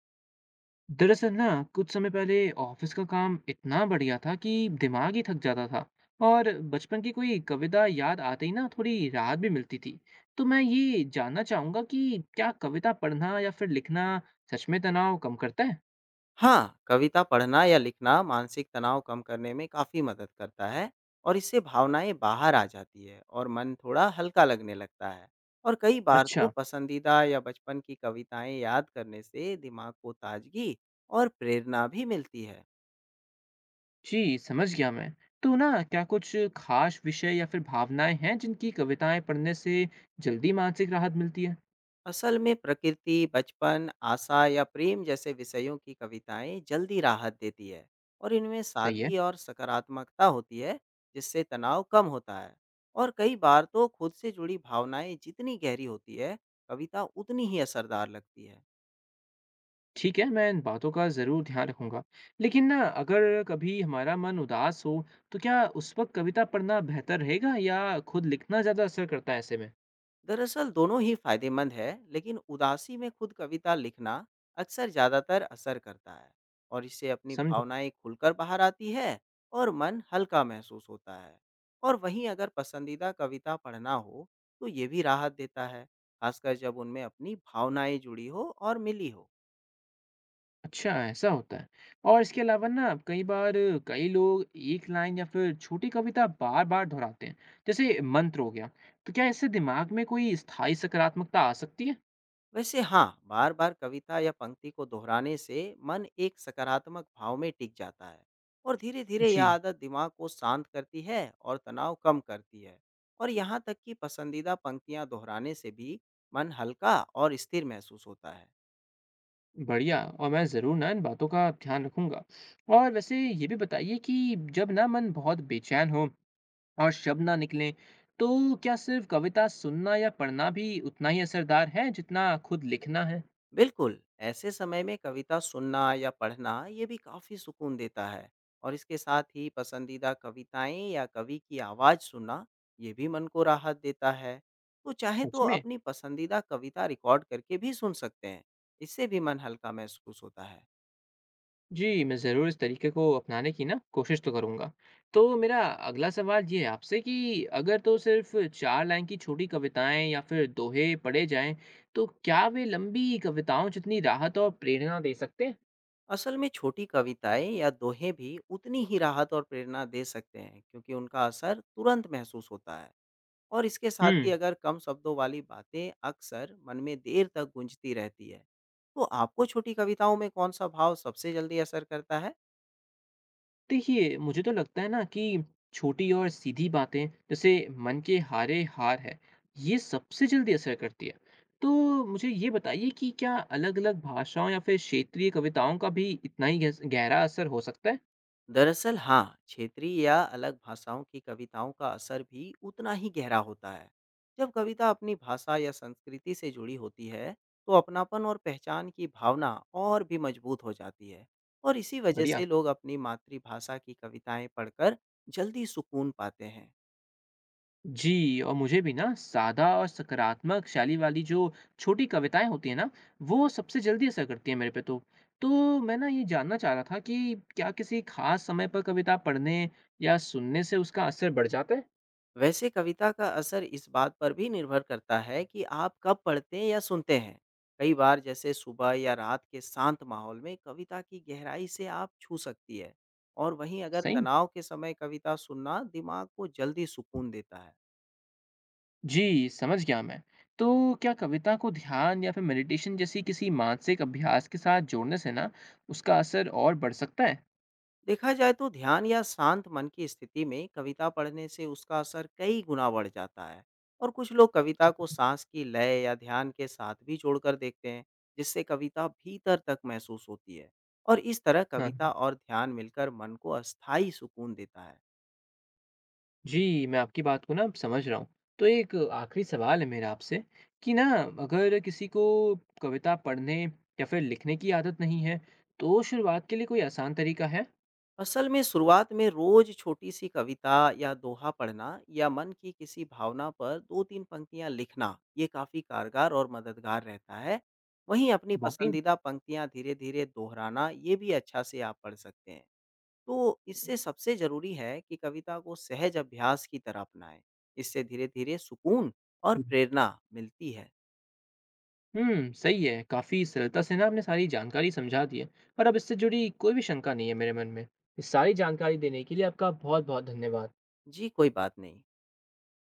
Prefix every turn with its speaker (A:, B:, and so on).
A: दरअसल ना कुछ समय पहले ऑफिस का काम इतना बढ़िया था कि दिमाग ही थक जाता था। और बचपन की कोई कविता याद आते ही ना थोड़ी राहत भी मिलती थी। तो मैं ये जानना चाहूंगा कि क्या कविता पढ़ना या फिर लिखना सच में तनाव कम करता है।
B: हाँ, कविता पढ़ना या लिखना मानसिक तनाव कम करने में काफ़ी मदद करता है और इससे भावनाएँ बाहर आ जाती है और मन थोड़ा हल्का लगने लगता है। और कई बार तो
A: अच्छा।
B: पसंदीदा या बचपन की कविताएँ याद करने से दिमाग को ताजगी और प्रेरणा भी मिलती है।
A: जी समझ गया मैं। तो ना क्या कुछ खास विषय या फिर भावनाएं हैं जिनकी कविताएं पढ़ने से जल्दी मानसिक राहत मिलती है।
B: असल में प्रकृति, बचपन, आशा या प्रेम जैसे विषयों की कविताएं जल्दी राहत देती है और इनमें
A: सही है।
B: सादगी और सकारात्मकता होती है जिससे तनाव कम होता है। और कई बार तो खुद से जुड़ी भावनाएं जितनी गहरी होती है कविता उतनी ही असरदार लगती है।
A: ठीक है, मैं इन बातों का ज़रूर ध्यान रखूँगा। लेकिन ना अगर कभी हमारा मन उदास हो, तो क्या उस वक़्त कविता पढ़ना बेहतर रहेगा या खुद लिखना ज़्यादा असर करता है ऐसे में?
B: दरअसल दोनों ही फायदेमंद है लेकिन उदासी में खुद कविता लिखना अक्सर ज़्यादातर असर करता है और इससे अपनी
A: समझे।
B: भावनाएं खुलकर बाहर आती है और मन हल्का महसूस होता है। और वहीं अगर पसंदीदा कविता पढ़ना हो तो ये भी राहत देता है, खासकर जब उनमें अपनी भावनाएं जुड़ी हो और मिली हो।
A: अच्छा, ऐसा होता है। और इसके अलावा ना कई बार कई लोग एक लाइन या फिर छोटी कविता बार-बार दोहराते हैं, जैसे मंत्र हो गया। तो क्या इससे दिमाग में कोई स्थायी सकारात्मकता आ सकती है?
B: वैसे हाँ, बार-बार कविता या पंक्ति को दोहराने से मन एक सकारात्मक भाव में टिक जाता है और धीरे-धीरे यह
A: जी,
B: आदत दिमाग को शांत करती है और तनाव कम करती है। और यहाँ तक कि पसंदीदा पंक्तियाँ दोहराने से भी मन हल्का और स्थिर महसूस होता है।
A: बढ़िया और मैं ज़रूर ना इन बातों का ध्यान रखूँगा। और वैसे ये भी बताइए कि जब ना मन बहुत बेचैन हो और शब्द ना निकलें, तो क्या सिर्फ कविता सुनना या पढ़ना भी उतना ही असरदार है जितना खुद लिखना है?
B: बिल्कुल, ऐसे समय में कविता सुनना या पढ़ना ये भी काफ़ी सुकून देता है और इसके साथ ही पसंदीदा कविताएं या कवि की आवाज़ सुनना ये भी मन को राहत देता है। तो चाहे
A: सच
B: तो
A: में?
B: अपनी पसंदीदा कविता रिकॉर्ड करके भी सुन सकते हैं, इससे भी मन हल्का महसूस होता है।
A: जी, मैं ज़रूर इस तरीके को अपनाने की ना कोशिश तो करूँगा। तो मेरा अगला सवाल ये है आपसे कि अगर तो सिर्फ 4 लाइन की छोटी कविताएँ या फिर दोहे पढ़े जाएँ, तो क्या वे लंबी कविताओं जितनी राहत और प्रेरणा दे सकते हैं?
B: असल में छोटी कविताएं या दोहें भी उतनी ही राहत और प्रेरणा दे सकते हैं क्योंकि उनका असर तुरंत महसूस होता है। और इसके साथ ही
A: हुँ।
B: अगर कम शब्दों वाली बातें अक्सर मन में देर तक गूंजती रहती है। तो आपको छोटी कविताओं में कौन-सा भाव सबसे जल्दी असर करता है?
A: देखिए, मुझे तो लगता है ना कि छोटी और सीधी बातें जैसे मन के हारे हार है, ये सबसे जल्दी असर करती है। तो मुझे ये बताइए कि क्या अलग-अलग भाषाओं या फिर क्षेत्रीय कविताओं का भी इतना ही गहस गहरा असर हो सकता है?
B: दरअसल हाँ, क्षेत्रीय या अलग भाषाओं की कविताओं का असर भी उतना ही गहरा होता है। जब कविता अपनी भाषा या संस्कृति से जुड़ी होती है, तो अपनापन और पहचान की भावना और भी मजबूत हो जाती है और इसी वजह
A: बढ़िया।
B: से लोग अपनी मातृभाषा की कविताएं पढ़कर जल्दी सुकून पाते हैं।
A: जी, और मुझे भी ना सादा और सकारात्मक शैली वाली जो छोटी कविताएँ होती हैं ना, वो सबसे जल्दी असर करती हैं मेरे पे तो। तो मैं ना ये जानना चाह रहा था कि क्या किसी खास समय पर कविता पढ़ने या सुनने से उसका असर बढ़ जाता है?
B: वैसे कविता का असर इस बात पर भी निर्भर करता है कि आप कब पढ़ते हैं या सुनते हैं। कई बार जैसे सुबह या रात के शांत माहौल में कविता की गहराई से आप छू सकती है और वहीं अगर
A: सही में?
B: तनाव के समय कविता सुनना दिमाग को जल्दी सुकून देता है।
A: जी, समझ गया मैं। तो क्या कविता को ध्यान या फिर मेडिटेशन जैसी किसी मानसिक अभ्यास के साथ जोड़ने से ना उसका असर और बढ़ सकता है?
B: देखा जाए तो ध्यान या शांत मन की स्थिति में कविता पढ़ने से उसका असर कई गुना बढ़ जाता है और कुछ लोग कविता को सांस की लय या ध्यान के साथ भी जोड़कर देखते हैं जिससे कविता भीतर तक महसूस होती है और इस तरह
A: हाँ।
B: कविता और ध्यान मिलकर मन को अस्थायी सुकून देता है।
A: जी, मैं आपकी बात को ना अब समझ रहा हूँ। तो एक आखिरी सवाल है मेरा आपसे कि ना अगर किसी को कविता पढ़ने या फिर लिखने की आदत नहीं है, तो शुरुआत के लिए कोई आसान तरीका है?
B: असल में शुरुआत में रोज छोटी सी कविता या दोहा पढ़ना या मन की किसी भावना पर दो तीन पंक्तियां लिखना ये काफी कारगर और मददगार रहता है। वहीं अपनी
A: वाकई
B: पसंदीदा पंक्तियां धीरे धीरे दोहराना ये भी अच्छा से आप पढ़ सकते हैं। तो इससे सबसे जरूरी है कि कविता को सहज अभ्यास की तरह अपनाएं, इससे धीरे धीरे सुकून और प्रेरणा मिलती है।
A: हुँ, सही है। काफ़ी सरलता से ना आपने सारी जानकारी समझा दी है और अब इससे जुड़ी कोई भी शंका नहीं है मेरे मन में। इस सारी जानकारी देने के लिए आपका बहुत-बहुत धन्यवाद।
B: जी कोई बात नहीं।